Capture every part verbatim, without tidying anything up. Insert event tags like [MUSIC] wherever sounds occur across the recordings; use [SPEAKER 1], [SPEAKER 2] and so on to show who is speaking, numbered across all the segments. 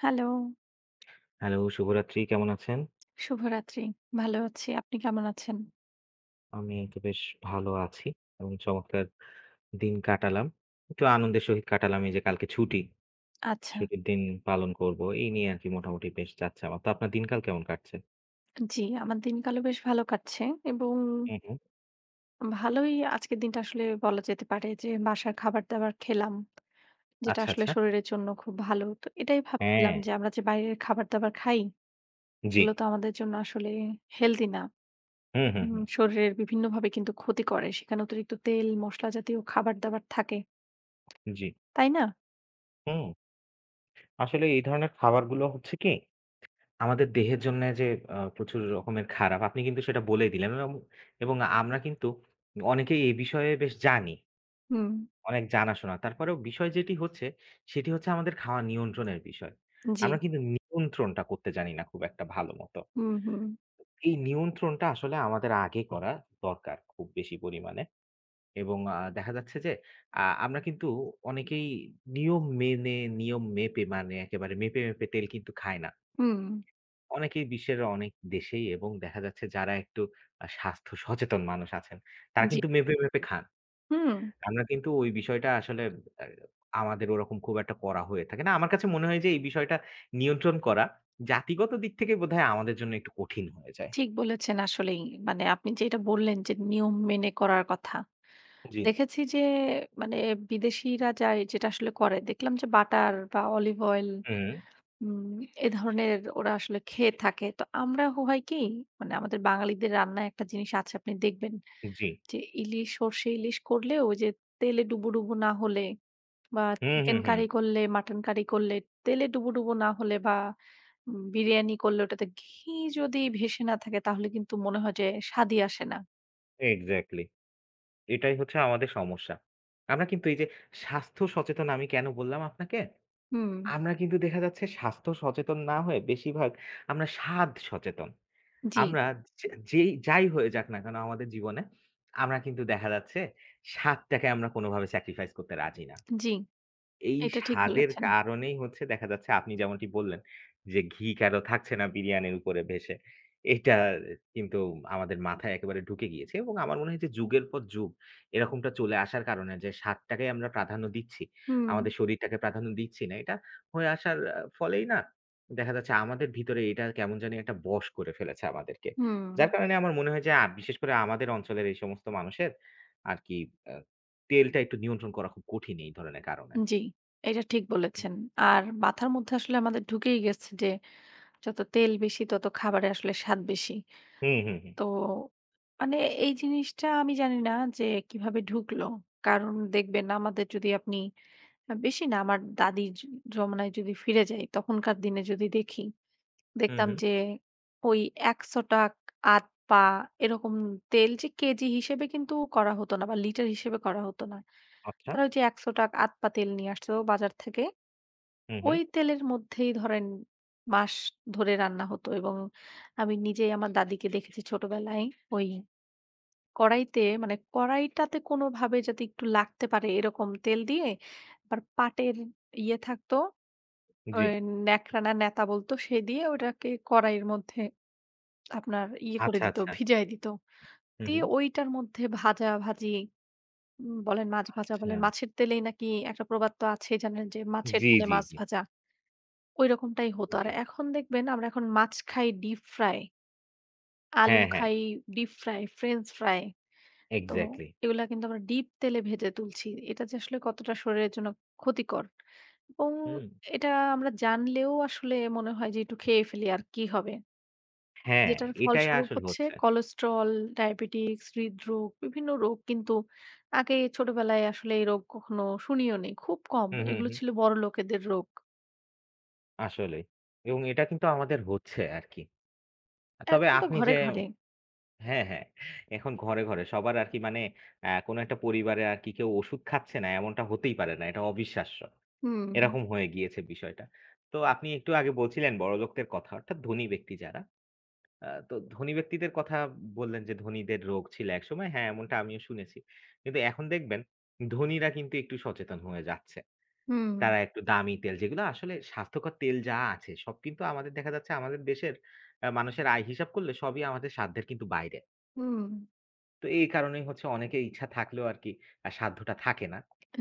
[SPEAKER 1] Hello,
[SPEAKER 2] hello, শুভরাত্রি। কেমন আছেন?
[SPEAKER 1] শুভরাত্রি। ভালো আছি। আপনি কেমন আছেন?
[SPEAKER 2] আমি তো বেশ ভালো আছি এবং চমৎকার দিন কাটালাম। একটু আনন্দের সহিত কাটালাম। এই যে কালকে ছুটি।
[SPEAKER 1] আচ্ছা।
[SPEAKER 2] ছুটির দিন পালন করব। এই নিয়ে আরকি মোটামুটি বেশ যাচ্ছে আমার। তো আপনার দিনকাল কেমন কাটছে?
[SPEAKER 1] জি, আমার দিনকালও বেশ ভালো কাটছে এবং
[SPEAKER 2] হুম, হুম।
[SPEAKER 1] ভালোই আজকের দিনটা আসলে বলা যেতে পারে যে বাসার খাবার-দাবার খেলাম। যেটা
[SPEAKER 2] আচ্ছা,
[SPEAKER 1] আসলে
[SPEAKER 2] আচ্ছা।
[SPEAKER 1] শরীরের জন্য খুব ভালো। তো এটাই
[SPEAKER 2] হ্যাঁ,
[SPEAKER 1] ভাবছিলাম যে আমরা যে বাইরের খাবার-দাবার খাই,
[SPEAKER 2] জি।
[SPEAKER 1] এগুলো তো আমাদের জন্য আসলে হেলথি না।
[SPEAKER 2] হুম, হুম,
[SPEAKER 1] উম
[SPEAKER 2] হুম।
[SPEAKER 1] শরীরের বিভিন্নভাবে কিন্তু ক্ষতি করে। সেখানে অতিরিক্ত তেল, মসলা জাতীয় খাবার-দাবার থাকে।
[SPEAKER 2] জি।
[SPEAKER 1] তাই না?
[SPEAKER 2] হুম। আসলে এই ধরনের খাবারগুলো হচ্ছে কি আমাদের দেহের জন্যে যে আ প্রচুর রকমের খারাপ, আপনি কিন্তু সেটা বলেই দিলেন এবং এবং আমরা কিন্তু অনেকেই এই বিষয়ে বেশ জানি।
[SPEAKER 1] হুম।
[SPEAKER 2] অনেক জানাশোনা। তারপরেও বিষয় যেটি হচ্ছে, সেটি হচ্ছে আমাদের খাওয়া নিয়ন্ত্রণের বিষয়।
[SPEAKER 1] জি।
[SPEAKER 2] আমরা কিন্তু নিয়ন্ত্রণটা করতে জানি না খুব একটা ভালো মতো।
[SPEAKER 1] হুম, হুম।
[SPEAKER 2] এই নিয়ন্ত্রণটা আসলে আমাদের আগে করা দরকার খুব বেশি পরিমাণে। এবং আ দেখা যাচ্ছে যে আ আমরা কিন্তু অনেকেই নিয়ম মেনে, নিয়ম মেপে মানে একেবারে মেপে, মেপে তেল কিন্তু খায় না।
[SPEAKER 1] হুম।
[SPEAKER 2] অনেকেই বিশ্বের অনেক দেশেই এবং দেখা যাচ্ছে যারা একটু আ স্বাস্থ্য সচেতন মানুষ আছেন, তারা
[SPEAKER 1] জি।
[SPEAKER 2] কিন্তু মেপে, মেপে খান।
[SPEAKER 1] হুম।
[SPEAKER 2] আমরা কিন্তু ওই বিষয়টা আসলে আ আমাদের ওরকম খুব একটা করা হয়ে থাকে না। আমার কাছে মনে হয় যে এই বিষয়টা নিয়ন্ত্রণ করা জাতিগত দিক থেকে বোধহয় আমাদের জন্য একটু কঠিন হয়ে যায়।
[SPEAKER 1] ঠিক বলেছেন আসলেই। মানে আপনি যেটা বললেন যে নিয়ম মেনে করার কথা।
[SPEAKER 2] জি।
[SPEAKER 1] দেখেছি যে মানে বিদেশিরা যায় যেটা আসলে করে দেখলাম যে বাটার বা অলিভ অয়েল
[SPEAKER 2] হুম,
[SPEAKER 1] উম এ ধরনের ওরা আসলে খেয়ে থাকে। তো আমরা হ হয় কি মানে আমাদের বাঙালিদের রান্নায় একটা জিনিস আছে আপনি দেখবেন
[SPEAKER 2] জি।
[SPEAKER 1] যে ইলিশ সর্ষে ইলিশ করলেও ওই যে তেলে ডুবো, ডুবো না হলে বা
[SPEAKER 2] হুম, হুম,
[SPEAKER 1] চিকেন
[SPEAKER 2] হুম।
[SPEAKER 1] কারি করলে, মাটন কারি করলে তেলে ডুবো, ডুবো না হলে বা উম বিরিয়ানি করলে ওটাতে ঘি যদি ভেসে না থাকে তাহলে কিন্তু মনে হয় যে স্বাদই আসে না।
[SPEAKER 2] এক্সাক্টলি। এটাই হচ্ছে আমাদের সমস্যা। আমরা কিন্তু এই যে স্বাস্থ্য সচেতন আমি কেন বললাম আপনাকে?
[SPEAKER 1] হুম,
[SPEAKER 2] আমরা কিন্তু দেখা যাচ্ছে স্বাস্থ্য সচেতন না হয়ে বেশিরভাগ আমরা স্বাদ সচেতন।
[SPEAKER 1] জি,
[SPEAKER 2] আমরা যে যেই যাই হয়ে যাক না কেন আমাদের জীবনে, আমরা কিন্তু দেখা যাচ্ছে স্বাদটাকে আমরা কোনোভাবে স্যাক্রিফাইস করতে রাজি না।
[SPEAKER 1] জি,
[SPEAKER 2] এই
[SPEAKER 1] এটা ঠিক
[SPEAKER 2] স্বাদের
[SPEAKER 1] বলেছেন।
[SPEAKER 2] কারণেই হচ্ছে দেখা যাচ্ছে আপনি যেমনটি বললেন যে, ঘি কেন থাকছে না বিরিয়ানির উপরে ভেসে। এটা কিন্তু আমাদের মাথায় একেবারে ঢুকে গিয়েছে এবং আমার মনে হয় যে, যুগের পর যুগ এরকমটা চলে আসার কারণে যে, স্বাদটাকে আমরা প্রাধান্য দিচ্ছি,
[SPEAKER 1] হুম,
[SPEAKER 2] আমাদের শরীরটাকে প্রাধান্য দিচ্ছি না। এটা হয়ে আসার আ ফলেই না দেখা যাচ্ছে আমাদের ভিতরে এটা কেমন জানি একটা বশ করে ফেলেছে আমাদেরকে।
[SPEAKER 1] হুম,
[SPEAKER 2] যার কারণে আমার মনে হয় যে, আ বিশেষ করে আমাদের অঞ্চলের এই সমস্ত মানুষের আরকি আ তেলটা একটু নিয়ন্ত্রণ করা খুব কঠিন এই ধরনের কারণে।
[SPEAKER 1] জি, এটা ঠিক বলেছেন। আর মাথার মধ্যে আসলে আমাদের ঢুকেই গেছে যে যত তেল বেশি তত খাবারে আসলে স্বাদ বেশি।
[SPEAKER 2] হুম, হুম, হুম।
[SPEAKER 1] তো মানে এই জিনিসটা আমি জানি না যে কিভাবে ঢুকলো। কারণ দেখবেন আমাদের যদি আপনি আ বেশি না আমার দাদির জ জমানায় যদি ফিরে যাই, তখনকার দিনে যদি দেখি,
[SPEAKER 2] হুম,
[SPEAKER 1] দেখতাম
[SPEAKER 2] হুম।
[SPEAKER 1] যে ওই ৳একশো আট পা এরকম তেল যে কেজি হিসেবে কিন্তু করা হতো না বা লিটার হিসেবে করা হতো না।
[SPEAKER 2] আচ্ছা।
[SPEAKER 1] তারা ওই যে ৳একশো আট পা তেল নিয়ে আসতো বাজার থেকে।
[SPEAKER 2] হুম, হুম।
[SPEAKER 1] ওই তেলের মধ্যেই ধরেন মাস ধরে রান্না হতো এবং আমি নিজেই আমার দাদিকে দেখেছি ছোটবেলায় ওই কড়াইতে মানে কড়াইটাতে কোনোভাবে যাতে একটু লাগতে পারে এরকম তেল দিয়ে আবার পাটের ইয়ে থাকতো
[SPEAKER 2] জি।
[SPEAKER 1] ওই ন্যাকড়া না ন্যাতা বলতো সে দিয়ে ওটাকে কড়াইয়ের মধ্যে আপনার ইয়ে করে
[SPEAKER 2] আচ্ছা,
[SPEAKER 1] দিত,
[SPEAKER 2] আচ্ছা।
[SPEAKER 1] ভিজায় দিত।
[SPEAKER 2] হুম,
[SPEAKER 1] দিয়ে
[SPEAKER 2] হুম।
[SPEAKER 1] ওইটার মধ্যে ভাজাভাজি উম বলেন, মাছ ভাজা
[SPEAKER 2] আচ্ছা।
[SPEAKER 1] বলেন, মাছের তেলেই নাকি একটা প্রবাদ তো আছেই জানেন যে মাছের
[SPEAKER 2] জি,
[SPEAKER 1] তেলে
[SPEAKER 2] জি,
[SPEAKER 1] মাছ
[SPEAKER 2] জি,
[SPEAKER 1] ভাজা। ঐরকমটাই হতো।
[SPEAKER 2] জি।
[SPEAKER 1] আর এখন দেখবেন আমরা এখন মাছ খাই ডিপ ফ্রাই, আলু
[SPEAKER 2] হ্যাঁ, হ্যাঁ।
[SPEAKER 1] খাই ডিপ ফ্রাই, ফ্রেঞ্চ ফ্রাই। তো
[SPEAKER 2] এক্সাক্টলি।
[SPEAKER 1] এগুলা কিন্তু আমরা ডিপ তেলে ভেজে তুলছি। এটা যে আসলে কতটা শরীরের জন্য ক্ষতিকর এবং
[SPEAKER 2] হুম।
[SPEAKER 1] এটা আমরা জানলেও আসলে মনে হয় যে একটু খেয়ে ফেলি আর কি হবে।
[SPEAKER 2] হ্যাঁ,
[SPEAKER 1] যেটার
[SPEAKER 2] এটাই
[SPEAKER 1] ফলস্বরূপ
[SPEAKER 2] আসলে
[SPEAKER 1] হচ্ছে
[SPEAKER 2] হচ্ছে।
[SPEAKER 1] কোলেস্টেরল, ডায়াবেটিস, হৃদরোগ বিভিন্ন রোগ কিন্তু আগে ছোটবেলায় আসলে এই রোগ কখনো শুনিও নাই। খুব কম।
[SPEAKER 2] হুম, হুম,
[SPEAKER 1] এগুলো
[SPEAKER 2] হুম।
[SPEAKER 1] ছিল বড়লোকেদের রোগ।
[SPEAKER 2] আসলেই। এবং এটা কিন্তু আমাদের হচ্ছে আরকি। তবে
[SPEAKER 1] এখন তো
[SPEAKER 2] আপনি যে
[SPEAKER 1] ঘরে, ঘরে।
[SPEAKER 2] হ্যাঁ, হ্যাঁ। এখন ঘরে, ঘরে সবার আরকি মানে অ্যা কোনো একটা পরিবারে আরকি কেউ ওষুধ খাচ্ছে না এমনটা হতেই পারে না। এটা অবিশ্বাস্য।
[SPEAKER 1] হুম,
[SPEAKER 2] এরকম হয়ে গিয়েছে বিষয়টা। তো আপনি একটু আগে বলছিলেন বড়লোকদের কথা অর্থাৎ ধনী ব্যক্তি যারা আ তো ধনী ব্যক্তিদের কথা বললেন যে, ধনীদের রোগ ছিল একসময়। হ্যাঁ, এমনটা আমিও শুনেছি। কিন্তু এখন দেখবেন ধনীরা কিন্তু একটু সচেতন হয়ে যাচ্ছে।
[SPEAKER 1] হুম,
[SPEAKER 2] তারা একটু দামি তেল যেগুলো আসলে স্বাস্থ্যকর তেল যা আছে সব কিন্তু আমাদের দেখা যাচ্ছে আমাদের দেশের আ মানুষের আয় হিসাব করলে সবই আমাদের সাধ্যের কিন্তু বাইরে।
[SPEAKER 1] হুম।
[SPEAKER 2] তো এই কারণেই হচ্ছে অনেকে ইচ্ছা থাকলেও আরকি আ সাধ্যটা থাকে না।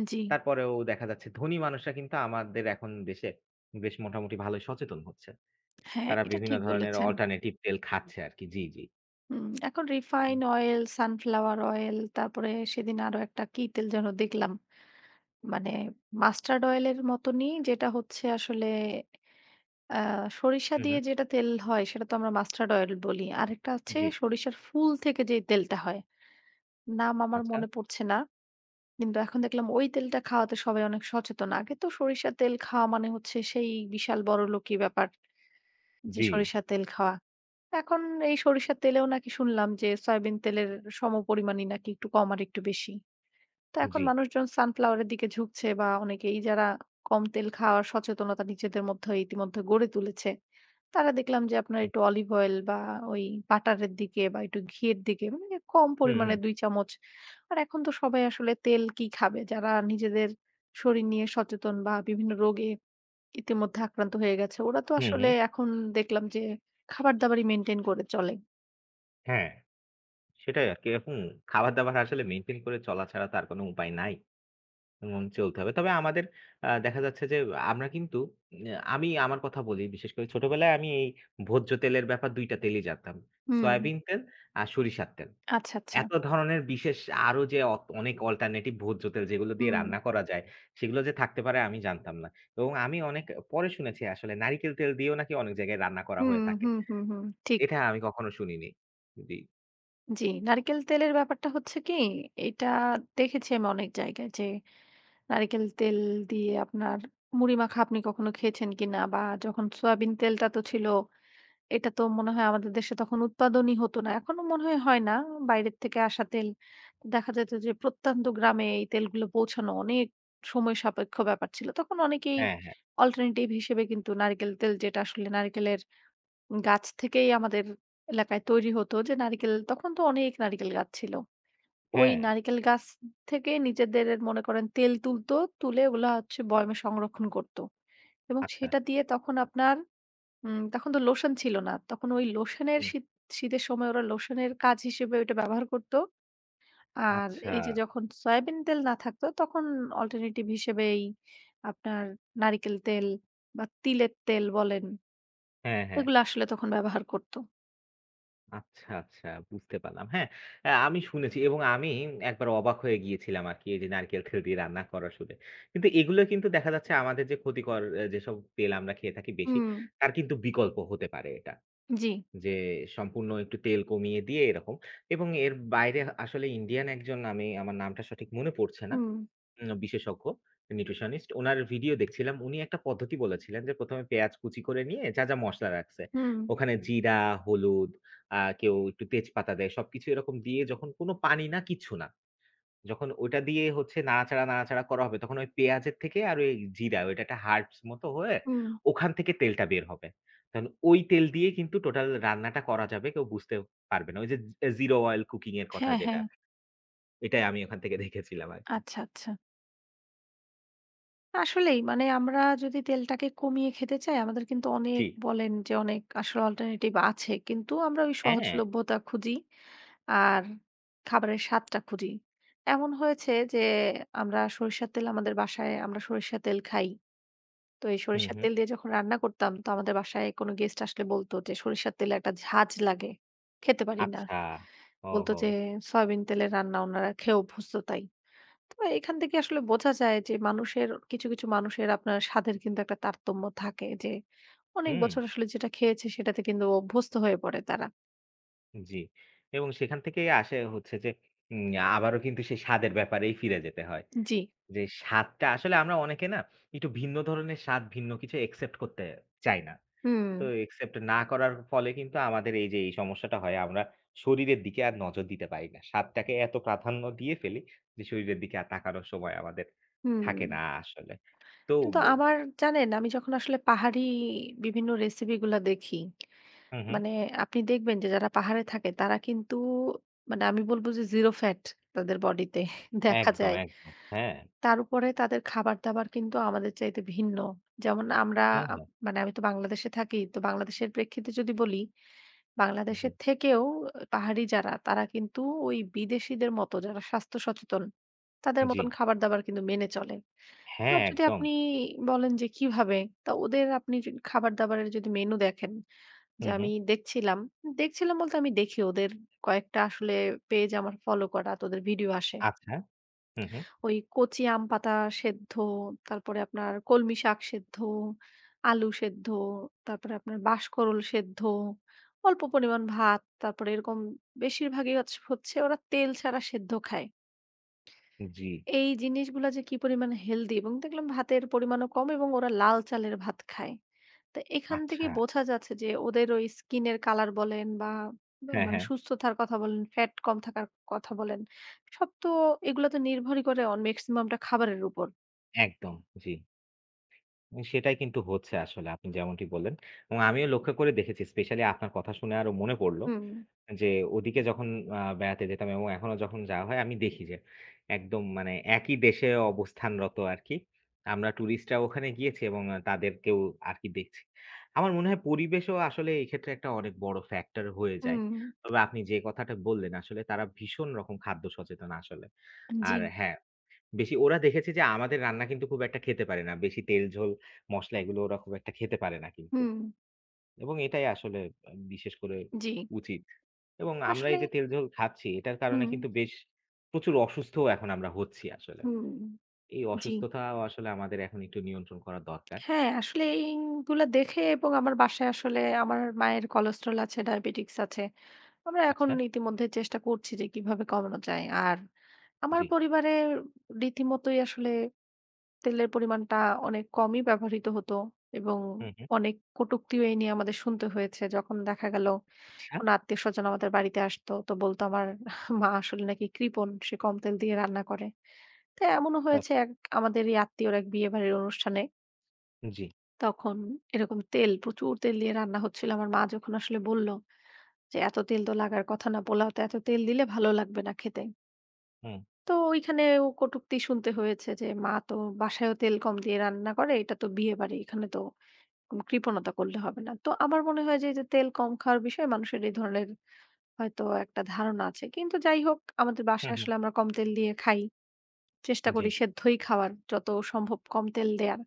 [SPEAKER 1] জি।
[SPEAKER 2] তারপরেও দেখা যাচ্ছে ধনী মানুষরা কিন্তু আমাদের এখন দেশে বেশ মোটামুটি ভালোই সচেতন হচ্ছে।
[SPEAKER 1] হ্যাঁ,
[SPEAKER 2] তারা
[SPEAKER 1] এটা
[SPEAKER 2] বিভিন্ন
[SPEAKER 1] ঠিক
[SPEAKER 2] ধরনের
[SPEAKER 1] বলেছেন।
[SPEAKER 2] অল্টারনেটিভ তেল খাচ্ছে আরকি। জি, জি।
[SPEAKER 1] হুম, এখন
[SPEAKER 2] হুম।
[SPEAKER 1] রিফাইন অয়েল, সানফ্লাওয়ার অয়েল তারপরে সেদিন আরো একটা কি তেল যেন দেখলাম। মানে মাস্টার্ড অয়েল এর মতনই যেটা হচ্ছে আসলে আ সরিষা
[SPEAKER 2] হুম
[SPEAKER 1] দিয়ে যেটা তেল হয় সেটা তো আমরা মাস্টার্ড অয়েল বলি। আরেকটা আছে
[SPEAKER 2] জি,
[SPEAKER 1] সরিষার ফুল থেকে যে তেলটা হয়। নাম আমার
[SPEAKER 2] আচ্ছা।
[SPEAKER 1] মনে পড়ছে না। কিন্তু এখন দেখলাম ওই তেলটা খাওয়াতে সবাই অনেক সচেতন। আগে তো সরিষার তেল খাওয়া মানে হচ্ছে সেই বিশাল বড়লোকি ব্যাপার যে
[SPEAKER 2] জি,
[SPEAKER 1] সরিষার তেল খাওয়া। এখন এই সরিষার তেলেও নাকি শুনলাম যে সয়াবিন তেলের সমপরিমাণই নাকি একটু কম আর একটু বেশি। তো এখন
[SPEAKER 2] জি।
[SPEAKER 1] মানুষজন সানফ্লাওয়ারের দিকে ঝুঁকছে বা অনেকেই যারা কম তেল খাওয়ার সচেতনতা নিজেদের মধ্যে ইতিমধ্যে গড়ে তুলেছে তারা দেখলাম যে আপনার একটু অলিভ অয়েল বা ওই বাটারের দিকে বা একটু ঘিয়ের দিকে মানে কম
[SPEAKER 2] হুম,
[SPEAKER 1] পরিমাণে
[SPEAKER 2] হুম,
[SPEAKER 1] দুই চামচ আর এখন তো সবাই আসলে তেল কি খাবে যারা নিজেদের শরীর নিয়ে সচেতন বা বিভিন্ন রোগে ইতিমধ্যে আক্রান্ত হয়ে গেছে ওরা তো
[SPEAKER 2] হুম,
[SPEAKER 1] আসলে
[SPEAKER 2] হুম।
[SPEAKER 1] এখন দেখলাম যে খাবার দাবারই মেনটেন করে চলে
[SPEAKER 2] হ্যাঁ, সেটাই আরকি। এরকম খাবার-দাবার আসলে মেইনটেইন করে চলা ছাড়া তো আর কোনো উপায় নাই। এবং চলতে হবে। তবে আমাদের আ দেখা যাচ্ছে যে আমরা কিন্তু আ আমি আমার কথা বলি বিশেষ করে ছোটবেলায় আমি এই ভোজ্য তেলের ব্যাপার দুটো টা তেলই জানতাম।
[SPEAKER 1] হুম
[SPEAKER 2] সয়াবিন তেল আর সরিষার তেল।
[SPEAKER 1] আচ্ছা আচ্ছা
[SPEAKER 2] এত ধরনের বিশেষ আরো যে অ অনেক অল্টারনেটিভ ভোজ্য তেল যেগুলো দিয়ে
[SPEAKER 1] হুম
[SPEAKER 2] রান্না করা যায়, সেগুলো যে থাকতে পারে আমি জানতাম না। এবং আমি অনেক পরে শুনেছি আসলে নারিকেল তেল দিয়েও নাকি অনেক জায়গায় রান্না করা
[SPEAKER 1] হুম
[SPEAKER 2] হয়ে থাকে।
[SPEAKER 1] হুম হুম হুম ঠিক
[SPEAKER 2] এটা আমি কখনো শুনিনি। জি।
[SPEAKER 1] জি, নারিকেল তেলের ব্যাপারটা হচ্ছে কি, এটা দেখেছি আমি অনেক জায়গায় যে নারিকেল তেল দিয়ে আপনার মুড়ি মাখা আপনি কখনো খেয়েছেন কিনা? বা যখন সয়াবিন তেলটা তো ছিল, এটা তো মনে হয় আমাদের দেশে তখন উৎপাদনই হতো না। এখনো মনে হয় হয় না বাইরের থেকে আসা তেল। দেখা যেত যে প্রত্যন্ত গ্রামে এই তেলগুলো পৌঁছানো অনেক সময় সাপেক্ষ ব্যাপার ছিল। তখন অনেকেই
[SPEAKER 2] হ্যাঁ, হ্যাঁ,
[SPEAKER 1] অল্টারনেটিভ হিসেবে কিন্তু নারিকেল তেল যেটা আসলে নারিকেলের গাছ থেকেই আমাদের এলাকায় তৈরি হতো যে নারিকেল তখন তো অনেক নারিকেল গাছ ছিল। ওই
[SPEAKER 2] হ্যাঁ।
[SPEAKER 1] নারিকেল গাছ থেকে নিজেদের মনে করেন তেল তুলতো, তুলে ওগুলা হচ্ছে বয়ামে সংরক্ষণ করত। এবং
[SPEAKER 2] আচ্ছা।
[SPEAKER 1] সেটা দিয়ে তখন আপনার উম তখন তো লোশন ছিল না। তখন ওই লোশনের
[SPEAKER 2] হুম।
[SPEAKER 1] শীত শীতের সময় ওরা লোশনের কাজ হিসেবে ওইটা ব্যবহার করত। আর
[SPEAKER 2] আচ্ছা।
[SPEAKER 1] এই যে যখন সয়াবিন তেল না থাকতো তখন অল্টারনেটিভ হিসেবে এই আপনার নারিকেল তেল বা তিলের তেল বলেন,
[SPEAKER 2] হ্যাঁ, হ্যাঁ।
[SPEAKER 1] এগুলো আসলে তখন ব্যবহার করত।
[SPEAKER 2] আচ্ছা, আচ্ছা বুঝতে পারলাম। হ্যাঁ, অ্যা আমি শুনেছি এবং আমি একবার অবাক হয়ে গিয়েছিলাম আরকি এই যে নারকেল তেল দিয়ে রান্না করা শুনে। কিন্তু এগুলো কিন্তু দেখা যাচ্ছে আমাদের যে ক্ষতিকর অ্যা যেসব তেল আমরা খেয়ে থাকি বেশি,
[SPEAKER 1] হুম,
[SPEAKER 2] তার কিন্তু বিকল্প হতে পারে এটা।
[SPEAKER 1] জি।
[SPEAKER 2] যে সম্পূর্ণ একটু তেল কমিয়ে দিয়ে এরকম। এবং এর বাইরে আসলে ইন্ডিয়ান একজন আমি আমার নামটা সঠিক মনে পড়ছে না।
[SPEAKER 1] হুম,
[SPEAKER 2] উম বিশেষজ্ঞ, নিউট্রিশনিস্ট। উনার ভিডিও দেখছিলাম। উনি একটা পদ্ধতি বলেছিলেন যে প্রথম এ পেঁয়াজ কুচি করে নিয়ে যা, যা মসলা রাখছে,
[SPEAKER 1] হুম,
[SPEAKER 2] ওখানে জিরা, হলুদ, আ কেউ একটু তেজপাতা দেয়। সবকিছু এরকম দিয়ে যখন কোনো পানি না, কিচ্ছু না। যখন ওইটা দিয়ে হচ্ছে নাড়াচাড়া, নাড়াচাড়া করা হবে, তখন ওই পেঁয়াজের থেকে আর ওই জিরা, ওইটা একটা হার্বস মতো হয়ে
[SPEAKER 1] হুম।
[SPEAKER 2] ওখান থেকে তেলটা বের হবে। তখন ওই তেল দিয়ে কিন্তু টোটাল রান্নাটা করা যাবে। কেউ বুঝতে পারবে না। ওই যে জি জিরো অয়েল কুকিং এর কথা
[SPEAKER 1] হ্যাঁ,
[SPEAKER 2] যেটা,
[SPEAKER 1] হ্যাঁ।
[SPEAKER 2] এটাই আমি ওখান থেকে দেখেছিলাম আরকি।
[SPEAKER 1] আচ্ছা, আচ্ছা। আসলেই মানে আমরা যদি তেলটাকে কমিয়ে খেতে চাই আমাদের কিন্তু
[SPEAKER 2] জি।
[SPEAKER 1] অনেক বলেন যে অনেক আসলে অল্টারনেটিভ আছে। কিন্তু আমরা ওই
[SPEAKER 2] হ্যাঁ।
[SPEAKER 1] সহজলভ্যতা খুঁজি আর খাবারের স্বাদটা খুঁজি। এমন হয়েছে যে আমরা সরিষার তেল আমাদের বাসায় আমরা সরিষার তেল খাই। তো এই
[SPEAKER 2] হু,
[SPEAKER 1] সরিষার
[SPEAKER 2] হু।
[SPEAKER 1] তেল দিয়ে যখন রান্না করতাম তো আমাদের বাসায় কোন গেস্ট আসলে বলত যে সরিষার তেলে একটা ঝাঁঝ লাগে। খেতে পারি না।
[SPEAKER 2] আচ্ছা।
[SPEAKER 1] বলত
[SPEAKER 2] ওহো!
[SPEAKER 1] যে সয়াবিন তেলের রান্না উনারা খেয়ে অভ্যস্ত তাই। তো এখান থেকে আসলে বোঝা যায় যে মানুষের কিছু, কিছু মানুষের আপনার স্বাদের কিন্তু একটা তারতম্য থাকে যে অনেক
[SPEAKER 2] হুম,
[SPEAKER 1] বছর আসলে যেটা খেয়েছে সেটাতে কিন্তু অভ্যস্ত হয়ে পড়ে তারা।
[SPEAKER 2] জি। এবং সেখান থেকেই আসে হচ্ছে যে উম আবারও কিন্তু সেই স্বাদের ব্যাপারেই ফিরে যেতে হয়।
[SPEAKER 1] জি।
[SPEAKER 2] যে স্বাদটা আসলে আমরা অনেকে না একটু ভিন্ন ধরনের স্বাদ, ভিন্ন কিছু একসেপ্ট করতে চাই না।
[SPEAKER 1] হুম,
[SPEAKER 2] তো একসেপ্ট না করার ফলে কিন্তু আমাদের এই যে এই সমস্যাটা হয় আমরা শরীরের দিকে আর নজর দিতে পারি না। স্বাদটাকে এত প্রাধান্য দিয়ে ফেলি যে শরীরের দিকে আর তাকানোর সময় আমাদের
[SPEAKER 1] হুম।
[SPEAKER 2] থাকে না আসলে। তো
[SPEAKER 1] কিন্তু
[SPEAKER 2] ব
[SPEAKER 1] আমার জানেন আমি যখন আসলে পাহাড়ি বিভিন্ন রেসিপি গুলা দেখি,
[SPEAKER 2] হুম, হুম।
[SPEAKER 1] মানে আপনি দেখবেন যে যারা পাহাড়ে থাকে তারা কিন্তু মানে আমি বলব যে জিরো ফ্যাট তাদের বডিতে [LAUGHS] দেখা
[SPEAKER 2] একদম,
[SPEAKER 1] যায়।
[SPEAKER 2] একদম। হ্যাঁ,
[SPEAKER 1] তার উপরে তাদের খাবার-দাবার কিন্তু আমাদের চাইতে ভিন্ন। যেমন আমরা
[SPEAKER 2] হ্যাঁ,
[SPEAKER 1] আ
[SPEAKER 2] হ্যাঁ।
[SPEAKER 1] মানে আমি তো বাংলাদেশে থাকি। তো বাংলাদেশের প্রেক্ষিতে যদি বলি,
[SPEAKER 2] জি,
[SPEAKER 1] বাংলাদেশের থেকেও পাহাড়ি যারা তারা কিন্তু ওই বিদেশীদের মতো যারা স্বাস্থ্য সচেতন, তাদের
[SPEAKER 2] জি।
[SPEAKER 1] মতন খাবার-দাবার কিন্তু মেনে চলে।
[SPEAKER 2] হ্যাঁ,
[SPEAKER 1] এবার যদি
[SPEAKER 2] একদম।
[SPEAKER 1] আপনি বলেন যে কিভাবে? তা ওদের আপনি যদি খাবার-দাবারের যদি মেনু দেখেন, যে
[SPEAKER 2] হুম, হুম।
[SPEAKER 1] আমি দেখছিলাম, দেখছিলাম বলতে আমি দেখি ওদের কয়েকটা আসলে পেজ আমার ফলো করা। তো ওদের ভিডিও আসে।
[SPEAKER 2] আচ্ছা। হুম, হুম।
[SPEAKER 1] ওই কচি আম পাতা সেদ্ধ, তারপরে আপনার কলমি শাক সেদ্ধ, আলু সেদ্ধ, তারপরে আপনার বাঁশকরল সেদ্ধ, অল্প পরিমাণ ভাত, তারপরে এরকম বেশিরভাগই হচ হচ্ছে ওরা তেল ছাড়া সেদ্ধ খায়।
[SPEAKER 2] জি।
[SPEAKER 1] এই জিনিসগুলা যে কি পরিমাণ হেলদি এবং দেখলাম ভাতের পরিমাণও কম এবং ওরা লাল চালের ভাত খায়। তো এখান থেকে
[SPEAKER 2] আচ্ছা।
[SPEAKER 1] বোঝা যাচ্ছে যে ওদের ওই স্কিনের কালার বলেন বা বা
[SPEAKER 2] হ্যাঁ,
[SPEAKER 1] মানে
[SPEAKER 2] হ্যাঁ।
[SPEAKER 1] সুস্থতার কথা বলেন, ফ্যাট কম থাকার কথা বলেন, সব তো এগুলা তো নির্ভরই করে অন মেক্সিমামটা খাবারের উপর।
[SPEAKER 2] একদম। জি। সেটাই কিন্তু হচ্ছে আসলে আপনি যেমনটি বললেন। এবং আমিও লক্ষ্য করে দেখেছি স্পেশালি আপনার কথা শুনে আরো মনে পড়ল।
[SPEAKER 1] হুম,
[SPEAKER 2] যে ওদিকে যখন আ বেড়াতে যেতাম এবং এখনো যখন যাওয়া হয় আমি দেখি যে একদম মানে একই দেশে অবস্থানরত আরকি। আমরা টুরিস্টরা ওখানে গিয়েছি এবং আ তাদেরকেও আরকি দেখছি। আমার মনে হয় পরিবেশও আসলে এই ক্ষেত্রে একটা অনেক বড় ফ্যাক্টর হয়ে যায়।
[SPEAKER 1] হুম,
[SPEAKER 2] তবে আপনি যে কথাটা বললেন আসলে তারা ভীষণ রকম খাদ্য সচেতন আসলে।
[SPEAKER 1] জি।
[SPEAKER 2] আর হ্যাঁ, বেশি ওরা দেখেছে যে আমাদের রান্না কিন্তু খুব একটা খেতে পারে না। বেশি তেল, ঝোল, মসলা এগুলো ওরা খুব একটা খেতে পারে না কিন্তু।
[SPEAKER 1] হুম,
[SPEAKER 2] এবং এটাই আসলে আ বিশেষ করে
[SPEAKER 1] জি।
[SPEAKER 2] উচিত। এবং আমরা
[SPEAKER 1] আসলে
[SPEAKER 2] এই যে তেল ঝোল খাচ্ছি এটার কারণে
[SPEAKER 1] হুম,
[SPEAKER 2] কিন্তু বেশ প্রচুর অসুস্থও এখন আমরা হচ্ছি আসলে।
[SPEAKER 1] হুম।
[SPEAKER 2] এই
[SPEAKER 1] জি।
[SPEAKER 2] অসুস্থতাও আসলে আমাদের এখন একটু নিয়ন্ত্রণ করা দরকার।
[SPEAKER 1] হ্যাঁ, আসলে এইগুলা দেখে এবং আমার বাসায় আসলে আমার মায়ের কোলেস্ট্রল আছে, ডায়াবেটিকস আছে। আমরা এখন
[SPEAKER 2] আচ্ছা,
[SPEAKER 1] ইতিমধ্যে চেষ্টা করছি যে কিভাবে কমানো যায়। আর আমার
[SPEAKER 2] জি।
[SPEAKER 1] পরিবারে রীতিমতোই আসলে তেলের পরিমাণটা অনেক কমই ব্যবহৃত হতো এবং
[SPEAKER 2] হুম, হুম।
[SPEAKER 1] অনেক কটূক্তিও এই নিয়ে আমাদের শুনতে হয়েছে। যখন দেখা গেল
[SPEAKER 2] আচ্ছা,
[SPEAKER 1] কোনো আত্মীয়স্বজন আমাদের বাড়িতে আসতো তো বলতো আমার মা আসলে নাকি কৃপণ। সে কম তেল দিয়ে রান্না করে। তো এমনও
[SPEAKER 2] আ
[SPEAKER 1] হয়েছে এক আমাদেরই আত্মীয়র এক বিয়েবাড়ির অনুষ্ঠানে
[SPEAKER 2] জি।
[SPEAKER 1] তখন এরকম তেল প্রচুর তেল দিয়ে রান্না হচ্ছিল। আমার মা যখন আসলে বলল যে, "এত তেল তো লাগার কথা না। পোলাওতে এত তেল দিলে ভালো লাগবে না খেতে।"
[SPEAKER 2] হুম,
[SPEAKER 1] তো ওইখানেও কটূক্তি শুনতে হয়েছে যে, "মা তো বাসায়ও তেল কম দিয়ে রান্না করে। এটা তো বিয়েবাড়ি। এখানে তো কোনো কৃপণতা করলে হবে না।" তো আমার মনে হয় যে এই যে তেল কম খাওয়ার বিষয়ে মানুষের এই ধরনের হয়তো একটা ধারণা আছে। কিন্তু যাই হোক আমাদের
[SPEAKER 2] হুম,
[SPEAKER 1] বাসায়
[SPEAKER 2] হুম।
[SPEAKER 1] আসলে আমরা কম তেল দিয়ে খাই। চেষ্টা
[SPEAKER 2] জি।
[SPEAKER 1] করি সেদ্ধই খাওয়ার, যত সম্ভব কম তেল দেয়ার।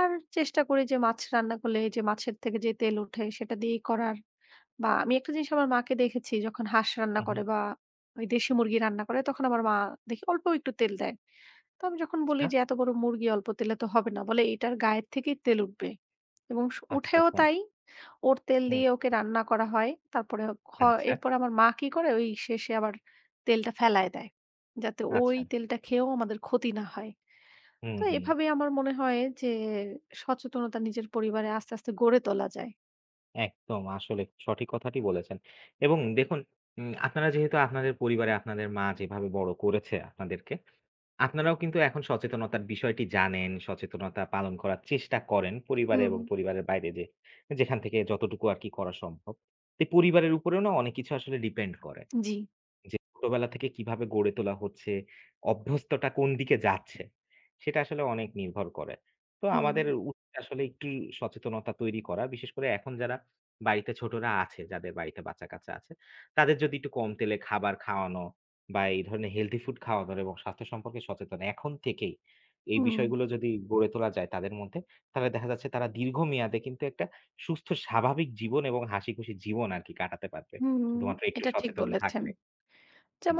[SPEAKER 1] আর চেষ্টা করি যে মাছ রান্না করলে এই যে মাছের থেকে যে তেল ওঠে সেটা দিয়েই করার। বা আমি একটা জিনিস আমার মাকে দেখেছি যখন হাঁস রান্না
[SPEAKER 2] হুম,
[SPEAKER 1] করে
[SPEAKER 2] হুম।
[SPEAKER 1] বা ওই দেশি মুরগি রান্না করে তখন আমার মা দেখি অল্প একটু তেল দেয়। তো আমি যখন বলি
[SPEAKER 2] আচ্ছা,
[SPEAKER 1] যে এত বড় মুরগি অল্প তেলে তো হবে না, বলে এটার গায়ের থেকেই তেল উঠবে এবং স
[SPEAKER 2] আচ্ছা,
[SPEAKER 1] উঠেও
[SPEAKER 2] আচ্ছা।
[SPEAKER 1] তাই। ওর তেল
[SPEAKER 2] হুম,
[SPEAKER 1] দিয়ে ওকে রান্না করা হয়। তারপরে খ
[SPEAKER 2] আচ্ছা,
[SPEAKER 1] এরপরে আমার মা কি করে ওই শেষে আবার তেলটা ফেলায় দেয়। যাতে ওই
[SPEAKER 2] আচ্ছা।
[SPEAKER 1] তেলটা খেয়েও আমাদের ক্ষতি না হয়।
[SPEAKER 2] হুম,
[SPEAKER 1] তো
[SPEAKER 2] হুম।
[SPEAKER 1] এভাবে আমার মনে হয় যে সচেতনতা নিজের পরিবারে আস্তে, আস্তে গড়ে তোলা যায়।
[SPEAKER 2] একদম আসলে সঠিক কথাটি বলেছেন। এবং দেখুন উম আপনারা যেহেতু আপনাদের পরিবারে আপনাদের মা যেভাবে বড় করেছে আপনাদেরকে আপনারাও কিন্তু এখন সচেতনতার বিষয়টি জানেন, সচেতনতা পালন করার চেষ্টা করেন পরিবারে
[SPEAKER 1] হুম।
[SPEAKER 2] এবং পরিবারের বাইরে যে যেখান থেকে যতটুকু আরকি করা সম্ভব। তো পরিবারের উপরেও না অনেক কিছু আসলে ডিপেন্ড করে।
[SPEAKER 1] জি।
[SPEAKER 2] যে ছোটবেলা থেকে কিভাবে গড়ে তোলা হচ্ছে, অভ্যস্ততা কোন দিকে যাচ্ছে, সেটা আসলে অনেক নির্ভর করে। তো
[SPEAKER 1] হুম,
[SPEAKER 2] আমাদের উচিত আসলে একটু সচেতনতা তৈরি করা। বিশেষ করে এখন যারা বাড়িতে ছোটরা আছে, যাদের বাড়িতে বাচ্চা-কাচ্চা আছে, তাদের যদি একটু কম তেলে খাবার খাওয়ানো বা এই ধরনের হেলথি ফুড খাওয়ানোর এবং স্বাস্থ্য সম্পর্কে সচেতন এখন থেকেই এই
[SPEAKER 1] হুম,
[SPEAKER 2] বিষয়গুলো যদি গড়ে তোলা যায় তাদের মধ্যে, তাহলে দেখা যাচ্ছে তারা দীর্ঘমেয়াদে কিন্তু একটা সুস্থ স্বাভাবিক জীবন এবং হাসিখুশি জীবন আরকি কাটাতে পারবে।
[SPEAKER 1] হুম।
[SPEAKER 2] শুধুমাত্র একটু
[SPEAKER 1] এটা ঠিক
[SPEAKER 2] সচেতন
[SPEAKER 1] বলেছেন।
[SPEAKER 2] থাকলে।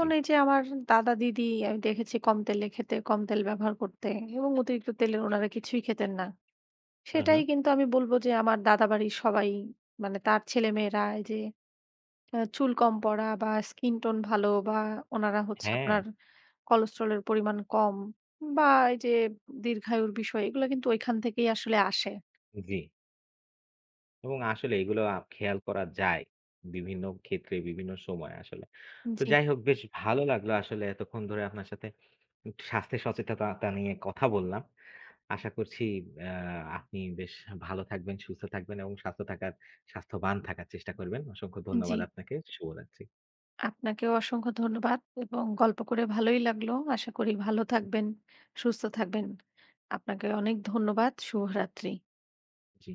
[SPEAKER 2] জি।
[SPEAKER 1] এই যে আমার দাদা দিদি আমি দেখেছি কম তেলে খেতে কম তেল ব্যবহার করতে এবং অতিরিক্ত তেলে ওনারা কিছুই খেতেন না
[SPEAKER 2] হুম,
[SPEAKER 1] সেটাই
[SPEAKER 2] হুম।
[SPEAKER 1] কিন্তু আমি বলবো যে আমার দাদা বাড়ির সবাই মানে তার ছেলে মেয়েরা এই যে আহ, চুল কম পড়া বা স্কিন টোন ভালো বা ওনারা হচ্ছে
[SPEAKER 2] হ্যাঁ,
[SPEAKER 1] আপনার কোলেস্ট্রলের পরিমাণ কম বা এই যে দীর্ঘায়ুর বিষয় এগুলো কিন্তু ওইখান থেকেই আসলে আসে
[SPEAKER 2] জি। এবং আসলে এগুলো আ খেয়াল করা যায়। বিভিন্ন ক্ষেত্রে, বিভিন্ন সময়ে আসলে। তো
[SPEAKER 1] জি
[SPEAKER 2] যাই হোক বেশ ভালো লাগলো আসলে এতক্ষণ ধরে আপনার সাথে স্বাস্থ্য সচেতনতা নিয়ে কথা বললাম। আশা করছি আ আপনি বেশ ভালো থাকবেন, সুস্থ থাকবেন এবং স্বাস্থ্য থাকার স্বাস্থ্যবান থাকার চেষ্টা করবেন। অসংখ্য
[SPEAKER 1] জি
[SPEAKER 2] ধন্যবাদ আপনাকে। শুভরাত্রি।
[SPEAKER 1] আপনাকেও অসংখ্য ধন্যবাদ এবং গল্প করে ভালোই লাগলো। আশা করি ভালো থাকবেন, সুস্থ থাকবেন। আপনাকে অনেক ধন্যবাদ। শুভরাত্রি।
[SPEAKER 2] জি।